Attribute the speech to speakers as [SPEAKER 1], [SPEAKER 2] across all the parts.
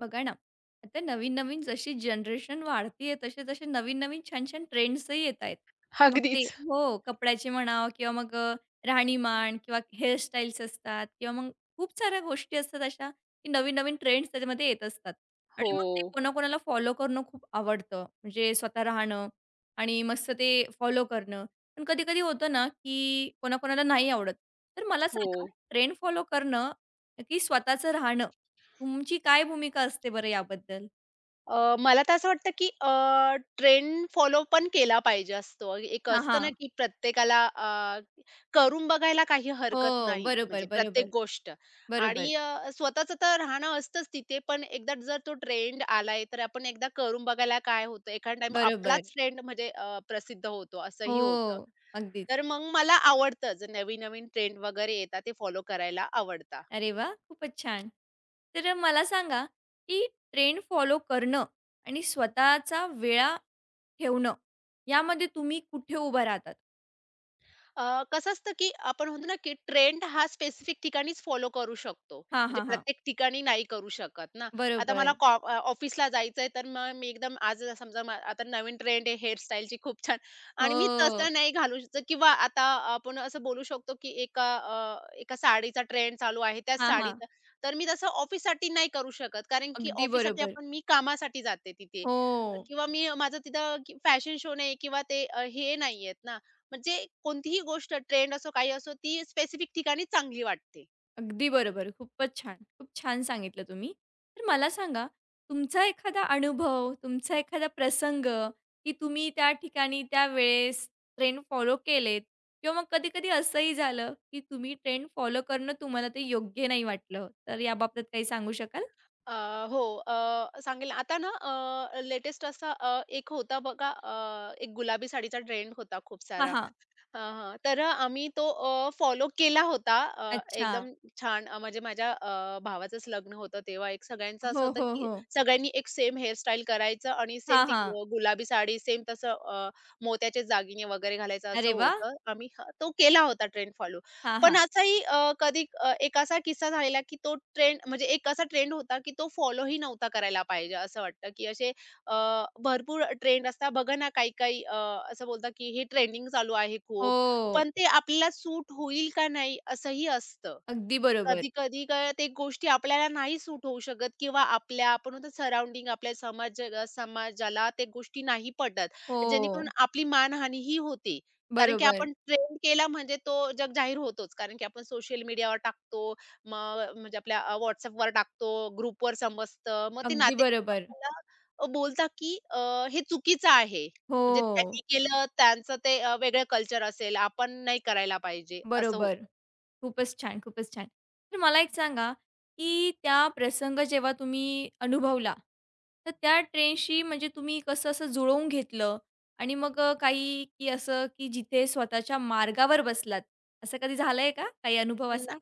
[SPEAKER 1] बघा ना, आता नवीन-नवीन जशी जनरेशन वाढतीये, तसे-तसे नवीन-नवीन छान-छान ट्रेंड्सही येत आहेत. मग ते
[SPEAKER 2] अगदीच.
[SPEAKER 1] हो, कपड्याचे म्हणा किंवा मग राहणीमान किंवा हेअरस्टाईल्स असतात किंवा मग खूप साऱ्या गोष्टी असतात अशा, की नवीन-नवीन ट्रेंड्स त्याच्यामध्ये येत असतात. आणि मग ते
[SPEAKER 2] हो,
[SPEAKER 1] कोणाकोणाला फॉलो करणं खूप आवडतं. म्हणजे स्वतः राहणं आणि मस्त ते फॉलो करणं. पण कधी-कधी होतं ना, की कोणाकोणाला नाही आवडत. तर मला
[SPEAKER 2] हो.
[SPEAKER 1] सांगा, ट्रेंड फॉलो करणं, की स्वतःचं राहणं तुमची काय भूमिका असते बरं याबद्दल?
[SPEAKER 2] मला तर असं वाटतं, की ट्रेंड फॉलो पण केला पाहिजे असतो. एक
[SPEAKER 1] हां,
[SPEAKER 2] असतं ना,
[SPEAKER 1] हां.
[SPEAKER 2] की प्रत्येकाला करून बघायला काही
[SPEAKER 1] हो,
[SPEAKER 2] हरकत नाही,
[SPEAKER 1] बरोबर,
[SPEAKER 2] म्हणजे प्रत्येक
[SPEAKER 1] बरोबर,
[SPEAKER 2] गोष्ट
[SPEAKER 1] बरोबर,
[SPEAKER 2] आणि स्वतःचं तर राहणं असतंच तिथे. पण एकदा जर तो ट्रेंड आलाय, तर आपण एकदा करून बघायला काय होतं. एखादा टाईम
[SPEAKER 1] बरोबर.
[SPEAKER 2] आपलाच ट्रेंड म्हणजे प्रसिद्ध होतो, असंही होतं.
[SPEAKER 1] हो, अगदीच.
[SPEAKER 2] तर मग मला आवडतं, जर नवीन-नवीन ट्रेंड वगैरे येतात, ते फॉलो करायला आवडतात.
[SPEAKER 1] अरे वाह! खूपच छान. तर मला सांगा, की ट्रेंड फॉलो करणं आणि स्वतःचा वेळा ठेवणं, यामध्ये तुम्ही कुठे उभं राहतात?
[SPEAKER 2] कसं असतं, की आपण म्हणतो ना, की ट्रेंड हा स्पेसिफिक ठिकाणीच फॉलो करू शकतो.
[SPEAKER 1] हां,
[SPEAKER 2] म्हणजे
[SPEAKER 1] हां, हां.
[SPEAKER 2] प्रत्येक ठिकाणी नाही करू शकत ना. आता मला
[SPEAKER 1] बरोबर.
[SPEAKER 2] ऑफिसला जायचंय, तर मग मी एकदम आज समजा आता नवीन ट्रेंड आहे हेअरस्टाईलची खूप छान आणि मी तसं
[SPEAKER 1] हो.
[SPEAKER 2] नाही घालू शकत किंवा आता आपण असं बोलू शकतो, की एका साडीचा ट्रेंड चालू आहे, त्याच
[SPEAKER 1] हां, हां.
[SPEAKER 2] साडीचा. तर मी तसं ऑफिससाठी नाही करू शकत, कारण की
[SPEAKER 1] अगदी
[SPEAKER 2] ऑफिससाठी
[SPEAKER 1] बरोबर.
[SPEAKER 2] मी कामासाठी जाते तिथे
[SPEAKER 1] हो.
[SPEAKER 2] किंवा मी माझं तिथं फॅशन शो नाही किंवा ते हे नाही आहेत ना, म्हणजे कोणतीही गोष्ट ट्रेंड असो, काही असो, ती स्पेसिफिक ठिकाणी चांगली वाटते.
[SPEAKER 1] अगदी बरोबर. खूपच छान. खूप छान सांगितलं तुम्ही. तर मला सांगा, तुमचा एखादा अनुभव, तुमचा एखादा प्रसंग, की तुम्ही त्या ठिकाणी त्यावेळेस ट्रेंड फॉलो केलेत किंवा मग कधी-कधी असंही झालं, की तुम्ही ट्रेंड फॉलो करणं तुम्हाला ते योग्य नाही वाटलं, तर याबाबत काही सांगू शकाल?
[SPEAKER 2] अ, हो. सांगेल आता ना लेटेस्ट असा एक होता बघा एक गुलाबी साडीचा ट्रेंड होता खूप
[SPEAKER 1] हां,
[SPEAKER 2] सारा.
[SPEAKER 1] हां.
[SPEAKER 2] हां, हां. तर आम्ही तो फॉलो केला होता.
[SPEAKER 1] अच्छा.
[SPEAKER 2] एकदम छान म्हणजे माझ्या भावाचंच लग्न होतं तेव्हा एक सगळ्यांचं असं
[SPEAKER 1] हो,
[SPEAKER 2] होतं,
[SPEAKER 1] हो,
[SPEAKER 2] की
[SPEAKER 1] हो.
[SPEAKER 2] सगळ्यांनी एक सेम हेअरस्टाईल करायचं आणि सेम
[SPEAKER 1] हां,
[SPEAKER 2] ती
[SPEAKER 1] हां.
[SPEAKER 2] गुलाबी साडी, सेम तसं मोत्याचे दागिने वगैरे घालायचं असं
[SPEAKER 1] अरे वाह!
[SPEAKER 2] होतं. आम्ही हां, तो केला होता ट्रेंड फॉलो.
[SPEAKER 1] हां,
[SPEAKER 2] पण
[SPEAKER 1] हां.
[SPEAKER 2] असाही एक असा किस्सा झालेला, की तो ट्रेंड म्हणजे एक असा ट्रेंड होता, की तो फॉलोही नव्हता करायला पाहिजे असं वाटतं, की असे भरपूर ट्रेंड असतात. बघा ना, काही-काही असं बोलतात, की हे ट्रेंडिंग चालू आहे खूप.
[SPEAKER 1] हो.
[SPEAKER 2] पण ते आपल्याला सूट होईल का नाही असंही असतं.
[SPEAKER 1] अगदी बरोबर.
[SPEAKER 2] कधी-कधी काय ते गोष्टी आपल्याला नाही सूट होऊ शकत किंवा आपल्या आपण म्हणतो सराउंडिंग आपल्या समाजाला ते गोष्टी नाही पटत. जेणेकरून
[SPEAKER 1] हो.
[SPEAKER 2] आपली मानहानीही होते. कारण की
[SPEAKER 1] बरोबर.
[SPEAKER 2] आपण ट्रेंड केला म्हणजे तो जग जाहीर होतोच. कारण की आपण सोशल मीडियावर टाकतो. मग म्हणजे आपल्या WhatsAppवर टाकतो, ग्रुपवर समजतं. मग ते
[SPEAKER 1] अगदी
[SPEAKER 2] नातेवाईक
[SPEAKER 1] बरोबर.
[SPEAKER 2] आपल्याला बोलतात की हे चुकीचं आहे. म्हणजे त्यांनी
[SPEAKER 1] हो.
[SPEAKER 2] केलं त्यांचं ते वेगळं कल्चर असेल. आपण नाही करायला पाहिजे असं होतं.
[SPEAKER 1] बरोबर. खूपच छान, खूपच छान. तर मला एक सांगा, की त्या प्रसंग जेव्हा तुम्ही अनुभवला, तर त्या ट्रेनशी म्हणजे तुम्ही कसं असं जुळवून घेतलं आणि मग काही की असं की जिथे स्वतःच्या मार्गावर बसलात, असं कधी झालंय का? काही अनुभव असा?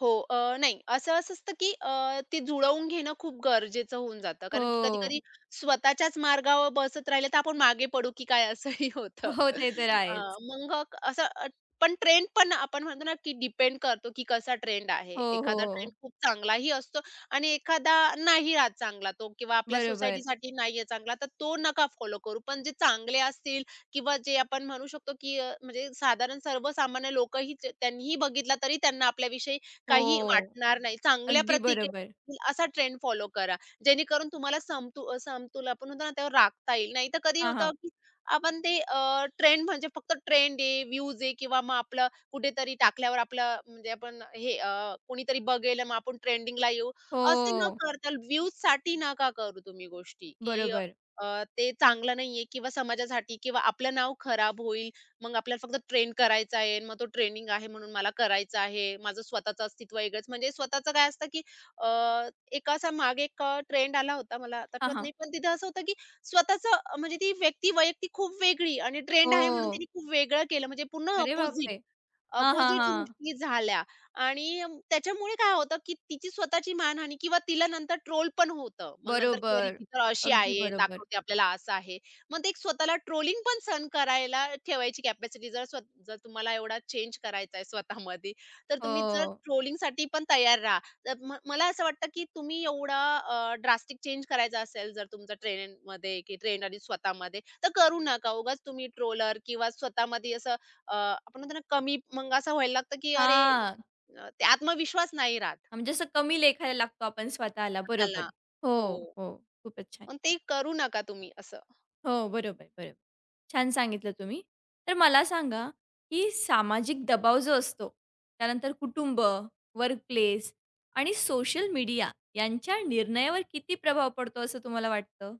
[SPEAKER 2] हो. अ, नाही असं असं असतं, की ते जुळवून घेणं खूप गरजेचं होऊन जातं.
[SPEAKER 1] हो.
[SPEAKER 2] कारण की कधी-कधी स्वतःच्याच मार्गावर बसत राहिलं तर आपण मागे पडू, की काय असंही होतं.
[SPEAKER 1] हो, ते तर
[SPEAKER 2] अ,
[SPEAKER 1] आहेच.
[SPEAKER 2] मग क- असं अ, पण ट्रेंड पण आपण म्हणतो ना, की डिपेंड करतो, की कसा ट्रेंड आहे.
[SPEAKER 1] हो, हो,
[SPEAKER 2] एखादा ट्रेंड
[SPEAKER 1] हो.
[SPEAKER 2] खूप चांगलाही असतो आणि एखादा नाही राहत चांगला तो किंवा आपल्या
[SPEAKER 1] बरोबर.
[SPEAKER 2] सोसायटीसाठी नाहीये चांगला, तर तो नका फॉलो करू. पण जे चांगले असतील किंवा जे आपण म्हणू शकतो, की म्हणजे साधारण सर्वसामान्य लोकही त्यांनीही बघितला तरी त्यांना आपल्याविषयी
[SPEAKER 1] हो,
[SPEAKER 2] काही वाटणार नाही. चांगल्या
[SPEAKER 1] अगदी
[SPEAKER 2] प्रतिक्रिया
[SPEAKER 1] बरोबर.
[SPEAKER 2] येतील असा ट्रेंड फॉलो करा. जेणेकरून तुम्हाला समतोल आपण म्हणतो ना, त्यावर राखता येईल. नाहीतर कधी
[SPEAKER 1] हां,
[SPEAKER 2] होतं,
[SPEAKER 1] हां.
[SPEAKER 2] की आपण ते ट्रेंड म्हणजे फक्त ट्रेंड आहे, व्ह्यूज आहे किंवा मग आपलं कुठेतरी टाकल्यावर आपलं म्हणजे आपण हे कोणीतरी बघेल मग आपण ट्रेंडिंगला येऊ. असे न
[SPEAKER 1] हो,
[SPEAKER 2] करता व्ह्यूजसाठी नका करू तुम्ही गोष्टी, की
[SPEAKER 1] बरोबर.
[SPEAKER 2] अ, ते चांगलं नाहीये किंवा समाजासाठी किंवा आपलं नाव खराब होईल. मग आपल्याला फक्त ट्रेन करायचा आहे, मग तो ट्रेनिंग आहे म्हणून मला करायचं आहे. माझं स्वतःचं अस्तित्व वेगळंच म्हणजे स्वतःचं काय असतं, की अ, एक असा मागे एक ट्रेंड आला होता, मला आता
[SPEAKER 1] हां,
[SPEAKER 2] आठवत
[SPEAKER 1] हां.
[SPEAKER 2] नाही. पण तिथं असं होतं, की स्वतःचं म्हणजे ती व्यक्ती वैयक्तिक खूप वेगळी आणि ट्रेंड
[SPEAKER 1] हो.
[SPEAKER 2] आहे म्हणून तिने खूप वेगळं केलं म्हणजे पूर्ण
[SPEAKER 1] अरे
[SPEAKER 2] अपोझिट.
[SPEAKER 1] बापरे! हां, हां,
[SPEAKER 2] अपोझिट
[SPEAKER 1] हां.
[SPEAKER 2] गोष्टी झाल्या आणि त्याच्यामुळे काय होतं, की तिची स्वतःची मानहानी किंवा तिला नंतर ट्रोल पण होतं. मग नंतर की "अरे,
[SPEAKER 1] बरोबर.
[SPEAKER 2] ती तर अशी
[SPEAKER 1] अगदी
[SPEAKER 2] आहे,
[SPEAKER 1] बरोबर.
[SPEAKER 2] दाखवते आपल्याला असं आहे." मग ते एक स्वतःला ट्रोलिंग पण सहन करायला ठेवायची कॅपॅसिटी जर तुम्हाला एवढा चेंज करायचा आहे स्वतःमध्ये, तर तुम्ही जर
[SPEAKER 1] हो.
[SPEAKER 2] ट्रोलिंगसाठी पण तयार राहा. तर मला असं वाटतं, की तुम्ही एवढा ड्रास्टिक चेंज करायचा असेल जर तुमचा ट्रेंड आणि स्वतःमध्ये, तर करू नका. उगाच तुम्ही ट्रोलर किंवा स्वतःमध्ये असं आपण म्हणतो ना कमी मग असं व्हायला लागतं, की अरे
[SPEAKER 1] हां.
[SPEAKER 2] ते आत्मविश्वास नाही राहत
[SPEAKER 1] म्हणजे असं कमी लेखायला लागतो आपण स्वतःला. बरोबर.
[SPEAKER 2] स्वतःला.
[SPEAKER 1] हो,
[SPEAKER 2] हो,
[SPEAKER 1] हो. खूपच छान.
[SPEAKER 2] मग ते करू नका तुम्ही असं.
[SPEAKER 1] हो, बरोबर, बरोबर. छान सांगितलं तुम्ही. तर मला सांगा, की सामाजिक दबाव जो असतो, त्यानंतर कुटुंब, वर्क प्लेस आणि सोशल मीडिया यांच्या निर्णयावर किती प्रभाव पडतो असं तुम्हाला वाटतं?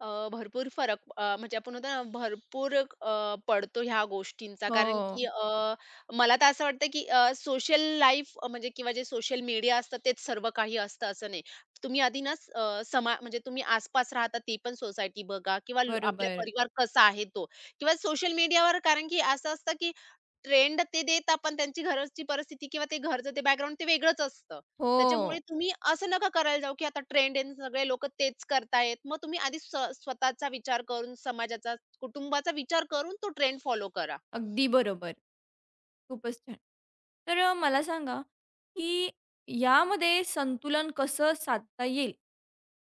[SPEAKER 2] भरपूर फरक म्हणजे आपण म्हणतो ना भरपूर पडतो ह्या गोष्टींचा. कारण की
[SPEAKER 1] हो.
[SPEAKER 2] मला तर असं वाटतं, की सोशल लाईफ म्हणजे किंवा जे सोशल मीडिया असतं तेच सर्व काही असतं असं नाही. तुम्ही आधी ना स- अ, समा म्हणजे तुम्ही आसपास राहता ती पण सोसायटी बघा किंवा आपला
[SPEAKER 1] बरोबर.
[SPEAKER 2] परिवार कसा आहे तो किंवा सोशल मीडियावर कारण की असं असतं, की ट्रेंड ते देतात, पण त्यांची घरची परिस्थिती किंवा ते घरचं ते बॅकग्राऊंड ते वेगळंच असतं. त्याच्यामुळे
[SPEAKER 1] हो.
[SPEAKER 2] तुम्ही असं नका करायला जाऊ, की आता ट्रेंड आहे आणि सगळे लोकं तेच करतायत. मग तुम्ही आधी स्वतःचा विचार करून, समाजाचा, कुटुंबाचा विचार करून तो ट्रेंड फॉलो करा.
[SPEAKER 1] अगदी बरोबर. खूपच छान. तर मला सांगा, की यामध्ये संतुलन कसं साधता येईल?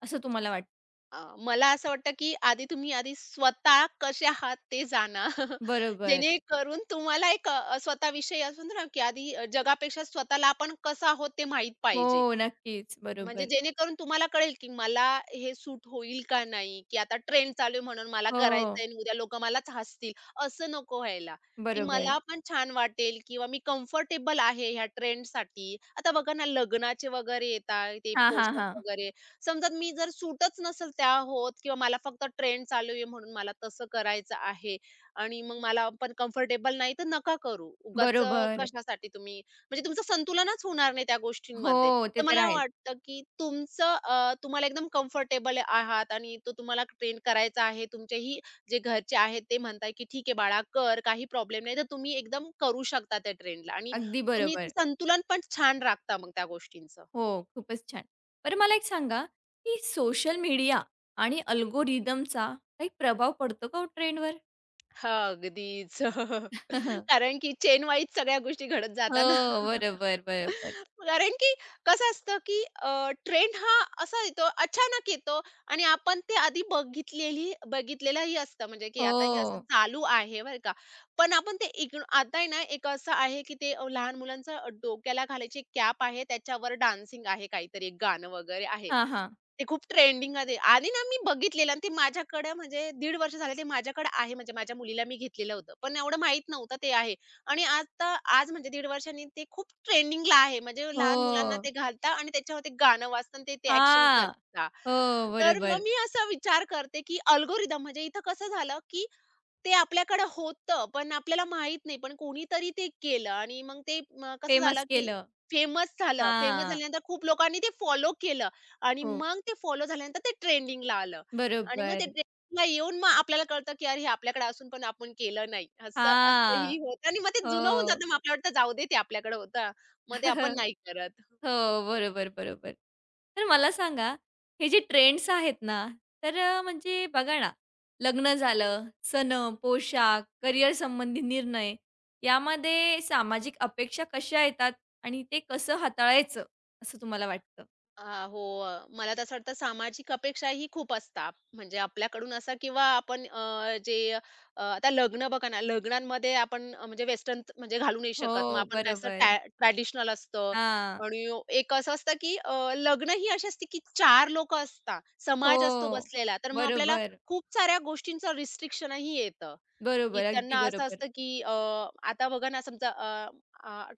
[SPEAKER 1] असं तुम्हाला वाट
[SPEAKER 2] अ, मला असं वाटतं, की आधी तुम्ही स्वतः कसे आहात ते जाणा.
[SPEAKER 1] बरोबर.
[SPEAKER 2] जेणेकरून तुम्हाला एक स्वतःविषयी असं म्हणतो ना, की आधी जगापेक्षा स्वतःला आपण कसं आहोत ते माहीत पाहिजे.
[SPEAKER 1] हो, नक्कीच.
[SPEAKER 2] म्हणजे
[SPEAKER 1] बरोबर.
[SPEAKER 2] जेणेकरून तुम्हाला कळेल, की मला हे सूट होईल का नाही, की आता ट्रेंड चालू आहे म्हणून मला
[SPEAKER 1] हो,
[SPEAKER 2] करायचंय आणि उद्या लोकं मलाच हसतील. असं नको व्हायला, की
[SPEAKER 1] बरोबर.
[SPEAKER 2] मला पण छान वाटेल किंवा मी कम्फर्टेबल आहे ह्या ट्रेंडसाठी. आता बघा ना, लग्नाचे वगैरे येतात ते
[SPEAKER 1] हां, हां,
[SPEAKER 2] पोशाख
[SPEAKER 1] हां.
[SPEAKER 2] वगैरे. समजा मी जर सूटच नसेल त्या होत किंवा मला फक्त ट्रेंड चालू आहे म्हणून मला तसं करायचं आहे आणि मग मला पण कम्फर्टेबल नाही, तर नका करू. उगाच
[SPEAKER 1] बरोबर.
[SPEAKER 2] कशासाठी तुम्ही म्हणजे तुमचं संतुलनच होणार नाही त्या
[SPEAKER 1] हो,
[SPEAKER 2] गोष्टींमध्ये.
[SPEAKER 1] ते
[SPEAKER 2] तर
[SPEAKER 1] तर
[SPEAKER 2] मला
[SPEAKER 1] आहेच.
[SPEAKER 2] वाटतं, की तुमचं तुम्हाला एकदम कम्फर्टेबल आहात आणि तो तुम्हाला ट्रेन करायचा आहे. तुमचेही जे घरचे आहेत ते म्हणताय, की "ठीक आहे बाळा कर, काही प्रॉब्लेम नाही." तर तुम्ही एकदम करू शकता त्या ट्रेनला आणि
[SPEAKER 1] अगदी
[SPEAKER 2] तुम्ही
[SPEAKER 1] बरोबर.
[SPEAKER 2] संतुलन पण छान राखता मग त्या गोष्टींचं.
[SPEAKER 1] हो, खूपच छान. बरं मला एक सांगा, की सोशल मीडिया आणि अल्गोरिदमचा काही प्रभाव पडतो का हो ट्रेंडवर?
[SPEAKER 2] हां, अगदीच. कारण की चेन वाईज सगळ्या गोष्टी घडत
[SPEAKER 1] हो,
[SPEAKER 2] जातात ना.
[SPEAKER 1] बरोबर, बरोबर.
[SPEAKER 2] कारण की कसं असतं, की ट्रेंड हा असा येतो, अचानक येतो आणि आपण ते आधी बघितलेलंही असतं. म्हणजे की आता हे असं
[SPEAKER 1] हो.
[SPEAKER 2] चालू आहे बरं का. पण आपण ते आता आहे ना, एक असं आहे, की ते लहान मुलांचं डोक्याला घालायची कॅप आहे, त्याच्यावर डान्सिंग आहे, काहीतरी एक गाणं वगैरे आहे.
[SPEAKER 1] हां, हां.
[SPEAKER 2] ते खूप ट्रेंडिंगमध्ये आणि ना मी बघितलेलं आणि ते माझ्याकडे म्हणजे दीड वर्ष झाले ते माझ्याकडे आहे. म्हणजे माझ्या मुलीला मी घेतलेलं होतं. पण एवढं माहीत नव्हतं ते आहे. आणि आता आज म्हणजे दीड वर्षांनी ते खूप ट्रेंडिंगला आहे. म्हणजे लहान मुलांना ते
[SPEAKER 1] हो.
[SPEAKER 2] घालता आणि त्याच्यावर ते गाणं वाजतं आणि ते ते ॲक्शन
[SPEAKER 1] हां.
[SPEAKER 2] करता.
[SPEAKER 1] हो,
[SPEAKER 2] तर मग
[SPEAKER 1] बरोबर.
[SPEAKER 2] मी असा विचार करते, की अल्गोरिदम म्हणजे इथं कसं झालं, की ते आपल्याकडे होतं, पण आपल्याला माहीत नाही. पण कोणीतरी ते केलं आणि मग ते अ, कसं झालं,
[SPEAKER 1] फेमस
[SPEAKER 2] की
[SPEAKER 1] केलं.
[SPEAKER 2] फेमस झालं. फेमस
[SPEAKER 1] हां.
[SPEAKER 2] झाल्यानंतर खूप लोकांनी ते फॉलो केलं आणि
[SPEAKER 1] हो,
[SPEAKER 2] मग ते फॉलो झाल्यानंतर ते ट्रेंडिंगला आलं आणि मग ते
[SPEAKER 1] बरोबर.
[SPEAKER 2] ट्रेंडिंगला येऊन मग आपल्याला कळतं, की अरे हे आपल्याकडे असून पण आपण केलं नाही. असं
[SPEAKER 1] हां.
[SPEAKER 2] असंही होतं आणि मग ते
[SPEAKER 1] हो.
[SPEAKER 2] जुनं होऊन जातं. मग आपल्याला वाटतं जाऊ दे ते आपल्याकडे होतं. मग ते आपण नाही करत.
[SPEAKER 1] हो, बरोबर, बरोबर. तर मला सांगा, हे जे ट्रेंड्स आहेत ना, तर म्हणजे बघा ना, लग्न झालं, सणं, पोशाख, करिअर संबंधी निर्णय यामध्ये सामाजिक अपेक्षा कशा येतात आणि ते कसं हाताळायचं, असं तुम्हाला वाटतं?
[SPEAKER 2] अ, हो. मला तर असं वाटतं सामाजिक अपेक्षाही खूप असतात. म्हणजे आपल्याकडून असं किंवा आपण आता लग्न बघा ना, लग्नांमध्ये आपण म्हणजे वेस्टर्न म्हणजे घालू नाही शकत. मग
[SPEAKER 1] हो,
[SPEAKER 2] आपण काय असं
[SPEAKER 1] बरोबर.
[SPEAKER 2] ट्रॅडिशनल असतं
[SPEAKER 1] हां.
[SPEAKER 2] आणि एक असं असतं, की लग्न ही अशी असते, की चार लोक असतात, समाज असतो
[SPEAKER 1] हो.
[SPEAKER 2] बसलेला. तर मग आपल्याला
[SPEAKER 1] बरोबर,
[SPEAKER 2] खूप साऱ्या गोष्टींचं रिस्ट्रिक्शनही येतं, की
[SPEAKER 1] बरोबर. अगदी
[SPEAKER 2] त्यांना असं
[SPEAKER 1] बरोबर.
[SPEAKER 2] असतं, की आता बघा ना समजा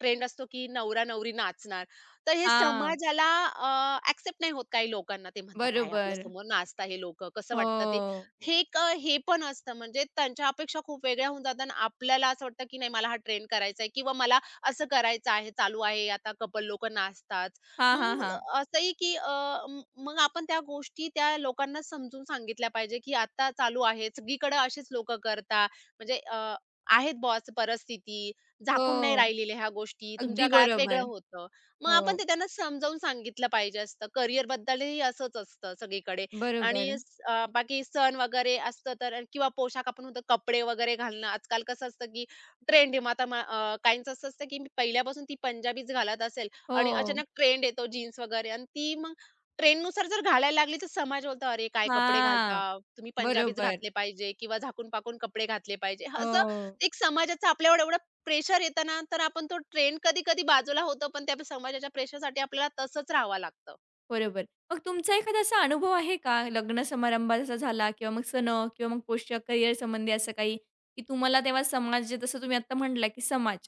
[SPEAKER 2] ट्रेंड असतो, की नवरा-नवरी नाचणार. तर हे
[SPEAKER 1] हां,
[SPEAKER 2] समाजाला एक्सेप्ट नाही होत काही लोकांना. ते म्हणतात, "काय
[SPEAKER 1] बरोबर.
[SPEAKER 2] आपल्यासमोर नाचता हे लोकं, कसं वाटतं ते?"
[SPEAKER 1] हो.
[SPEAKER 2] हे एक हे पण असतं म्हणजे त्यांच्या अपेक्षा खूप वेगळ्या होऊन जातात आणि आपल्याला असं वाटतं, की नाही मला हा ट्रेंड करायचा आहे किंवा मला असं करायचं आहे, चालू आहे आता कपल लोकं नाचतात.
[SPEAKER 1] हां, हां,
[SPEAKER 2] मग
[SPEAKER 1] हां.
[SPEAKER 2] असंही, की अ, म मग आपण त्या गोष्टी त्या लोकांना समजून सांगितल्या पाहिजे, की आता चालू आहे, सगळीकडे असेच लोकं करतात. म्हणजे आहेत बॉस परिस्थिती, झाकून नाही
[SPEAKER 1] हो.
[SPEAKER 2] राहिलेल्या ह्या गोष्टी. तुमच्या
[SPEAKER 1] अगदी
[SPEAKER 2] काळात वेगळं
[SPEAKER 1] बरोबर.
[SPEAKER 2] होतं. मग आपण
[SPEAKER 1] हो,
[SPEAKER 2] ते त्यांना समजावून सांगितलं पाहिजे असतं. करिअरबद्दलही असंच असतं सगळीकडे आणि
[SPEAKER 1] बरोबर.
[SPEAKER 2] बाकी सण वगैरे असतं तर किंवा पोशाख आपण म्हणतो कपडे वगैरे घालणं. आजकाल कसं असतं, की ट्रेंड आहे. मग आता काहींचं असं असतं, की पहिल्यापासून ती पंजाबीच घालत असेल आणि
[SPEAKER 1] हो.
[SPEAKER 2] अचानक ट्रेंड येतो जीन्स वगैरे आणि ती मग ट्रेंडनुसार जर घालायला लागली तर समाज बोलतो, "अरे काय कपडे घालता?
[SPEAKER 1] हां.
[SPEAKER 2] तुम्ही पंजाबीच
[SPEAKER 1] बरोबर.
[SPEAKER 2] घातले पाहिजे किंवा झाकून-पाकून कपडे घातले पाहिजे." असं
[SPEAKER 1] हो,
[SPEAKER 2] एक समाजाचं आपल्यावर एवढं प्रेशर येतं ना, तर आपण तो ट्रेंड कधी-कधी बाजूला होतो, पण त्या समाजाच्या प्रेशरसाठी आपल्याला तसंच राहावं लागतं.
[SPEAKER 1] बरोबर. मग तुमचा एखादा असा अनुभव आहे का लग्न समारंभात असा झाला किंवा मग सण किंवा मग पोशाख, करिअर संबंधी असं काही, की तुम्हाला तेव्हा समाज जसं तुम्ही आत्ता म्हटला, की समाज.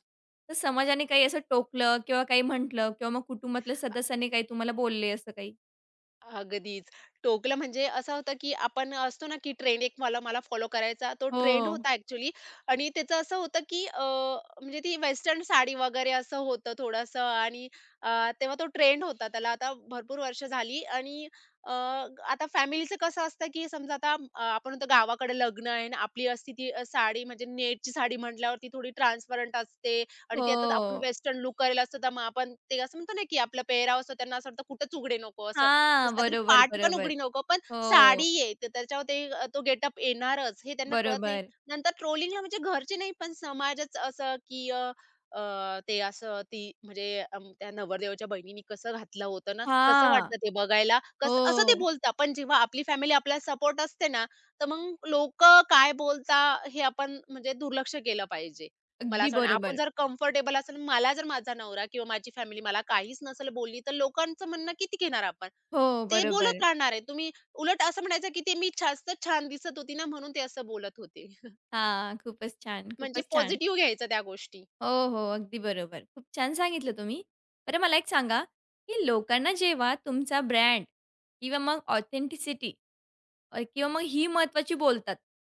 [SPEAKER 1] तर समाजाने काही असं टोकलं किंवा काही म्हटलं किंवा मग कुटुंबातल्या सदस्यांनी काही तुम्हाला बोलले असं काही?
[SPEAKER 2] अगदीच. टोकलं म्हणजे असं होतं, की आपण असतो ना, की ट्रेंड एक मला मला फॉलो करायचा तो ट्रेंड
[SPEAKER 1] हो,
[SPEAKER 2] होता ॲक्चुअली आणि त्याचं असं होतं, की म्हणजे ती वेस्टर्न साडी वगैरे असं होतं थोडंसं आणि अ, तेव्हा तो ट्रेंड होता. त्याला आता भरपूर वर्ष झाली आणि आता फॅमिलीचं कसं असतं, की समजा आता आपण म्हणतो गावाकडे लग्न आहे आणि आपली असती ती साडी म्हणजे नेटची साडी म्हटल्यावरती थोडी ट्रान्सपरंट असते आणि त्यात आपण
[SPEAKER 1] हो.
[SPEAKER 2] वेस्टर्न लूक करायला असतो, तर मग आपण ते असं म्हणतो ना, की आपला पेहराव असतो त्यांना असं वाटतं कुठंच उघडे नको असं.
[SPEAKER 1] हां.
[SPEAKER 2] साधारण
[SPEAKER 1] बरोबर,
[SPEAKER 2] पाठ पण
[SPEAKER 1] बरोबर.
[SPEAKER 2] उघडी नको, पण
[SPEAKER 1] हो,
[SPEAKER 2] साडी आहे, तर त्याच्यावर ते तो गेटअप येणारच हे त्यांना कळत नाही.
[SPEAKER 1] बरोबर.
[SPEAKER 2] नंतर ट्रोलिंगला म्हणजे घरचे नाही, पण समाजच असं की अ, अ, ते असं ती म्हणजे त्या नवरदेवाच्या बहिणीने कसं घातलं होतं ना, कसं
[SPEAKER 1] हां.
[SPEAKER 2] वाटतं ते बघायला,
[SPEAKER 1] हो.
[SPEAKER 2] कसं असं ते बोलतात. पण जेव्हा आपली फॅमिली आपल्याला सपोर्ट असते ना, तर मग लोकं काय बोलता हे आपण म्हणजे दुर्लक्ष केलं पाहिजे. मला
[SPEAKER 1] अगदी
[SPEAKER 2] असं वाटतं आपण
[SPEAKER 1] बरोबर.
[SPEAKER 2] जर कम्फर्टेबल असेल, मला जर माझा नवरा किंवा माझी फॅमिली मला काहीच नसेल बोलली, तर लोकांचं म्हणणं किती घेणार आपण?
[SPEAKER 1] हो,
[SPEAKER 2] ते बोलत
[SPEAKER 1] बरोबर.
[SPEAKER 2] राहणार आहे. तुम्ही उलट असं म्हणायचं, की "ते मी जास्त छान दिसत होती ना, म्हणून ते असं बोलत होते."
[SPEAKER 1] हां, खूपच छान,
[SPEAKER 2] म्हणजे
[SPEAKER 1] खूपच छान.
[SPEAKER 2] पॉझिटिव्ह घ्यायचं त्या गोष्टी.
[SPEAKER 1] हो, हो, अगदी बरोबर. खूप छान सांगितलं तुम्ही. बरं मला एक सांगा, की लोकांना जेव्हा तुमचा ब्रँड किंवा मग ऑथेंटिसिटी किंवा मग ही महत्त्वाची बोलतात,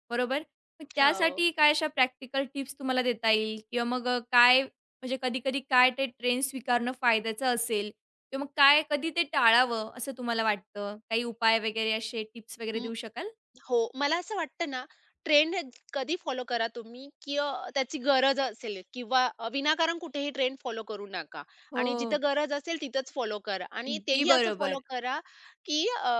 [SPEAKER 1] बरोबर? मग
[SPEAKER 2] हो.
[SPEAKER 1] त्यासाठी काय अशा प्रॅक्टिकल टिप्स तुम्हाला देता येईल किंवा मग काय म्हणजे कधी-कधी काय ते ट्रेंड स्वीकारणं फायद्याचं असेल किंवा मग काय कधी ते टाळावं असं तुम्हाला वाटतं? काही उपाय वगैरे असे टिप्स वगैरे देऊ शकाल?
[SPEAKER 2] हो, मला असं वाटतं ना, ट्रेंड कधी फॉलो करा तुम्ही, की त्याची गरज असेल किंवा विनाकारण कुठेही ट्रेंड फॉलो करू नका आणि
[SPEAKER 1] हो,
[SPEAKER 2] जिथं गरज असेल तिथंच फॉलो करा आणि
[SPEAKER 1] अगदी
[SPEAKER 2] तेही असं
[SPEAKER 1] बरोबर.
[SPEAKER 2] फॉलो करा, की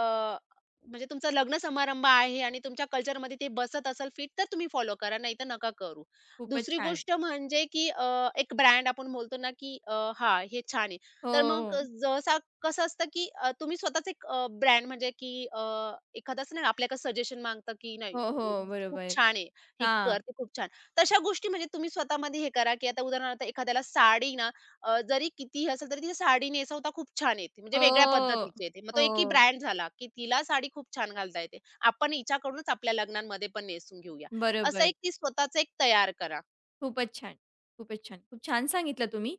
[SPEAKER 2] म्हणजे तुमचा लग्न समारंभ आहे आणि तुमच्या कल्चरमध्ये ते बसत असेल फिट, तर तुम्ही फॉलो करा, नाहीतर नका करू.
[SPEAKER 1] खूपच
[SPEAKER 2] दुसरी
[SPEAKER 1] छान.
[SPEAKER 2] गोष्ट म्हणजे, की एक ब्रँड आपण बोलतो ना, की हां, हे छान आहे.
[SPEAKER 1] हो,
[SPEAKER 2] तर मग
[SPEAKER 1] हो.
[SPEAKER 2] जसा कसं असतं की तुम्ही स्वतःच एक ब्रँड म्हणजे की एखादा असं नाही का आपल्याकडे सजेशन मागतं की नाही
[SPEAKER 1] हो,
[SPEAKER 2] ए,
[SPEAKER 1] हो.
[SPEAKER 2] खूप
[SPEAKER 1] बरोबर.
[SPEAKER 2] छान आहे, हे
[SPEAKER 1] हां.
[SPEAKER 2] कर, ते खूप छान. तशा गोष्टी म्हणजे तुम्ही स्वतःमध्ये हे करा, की आता उदाहरणार्थ एखाद्याला साडी ना जरी किती असेल तरी ती साडी नेसवता खूप छान येते, म्हणजे वेगळ्या
[SPEAKER 1] हो.
[SPEAKER 2] पद्धतीची येते. मग तो एकही
[SPEAKER 1] हो.
[SPEAKER 2] ब्रँड झाला, की तिला साडी खूप छान घालता येते. आपण हिच्याकडूनच आपल्या लग्नांमध्ये पण नेसून घेऊया. असं
[SPEAKER 1] बरोबर.
[SPEAKER 2] एक ती स्वतःच एक तयार करा.
[SPEAKER 1] खूपच छान. खूपच छान. खूप छान सांगितलं तुम्ही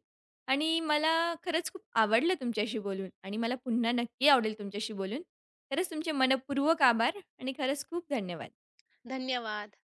[SPEAKER 1] आणि मला खरंच खूप आवडलं तुमच्याशी बोलून आणि मला पुन्हा नक्की आवडेल तुमच्याशी बोलून. खरंच तुमचे मनःपूर्वक आभार आणि खरंच खूप धन्यवाद.
[SPEAKER 2] धन्यवाद.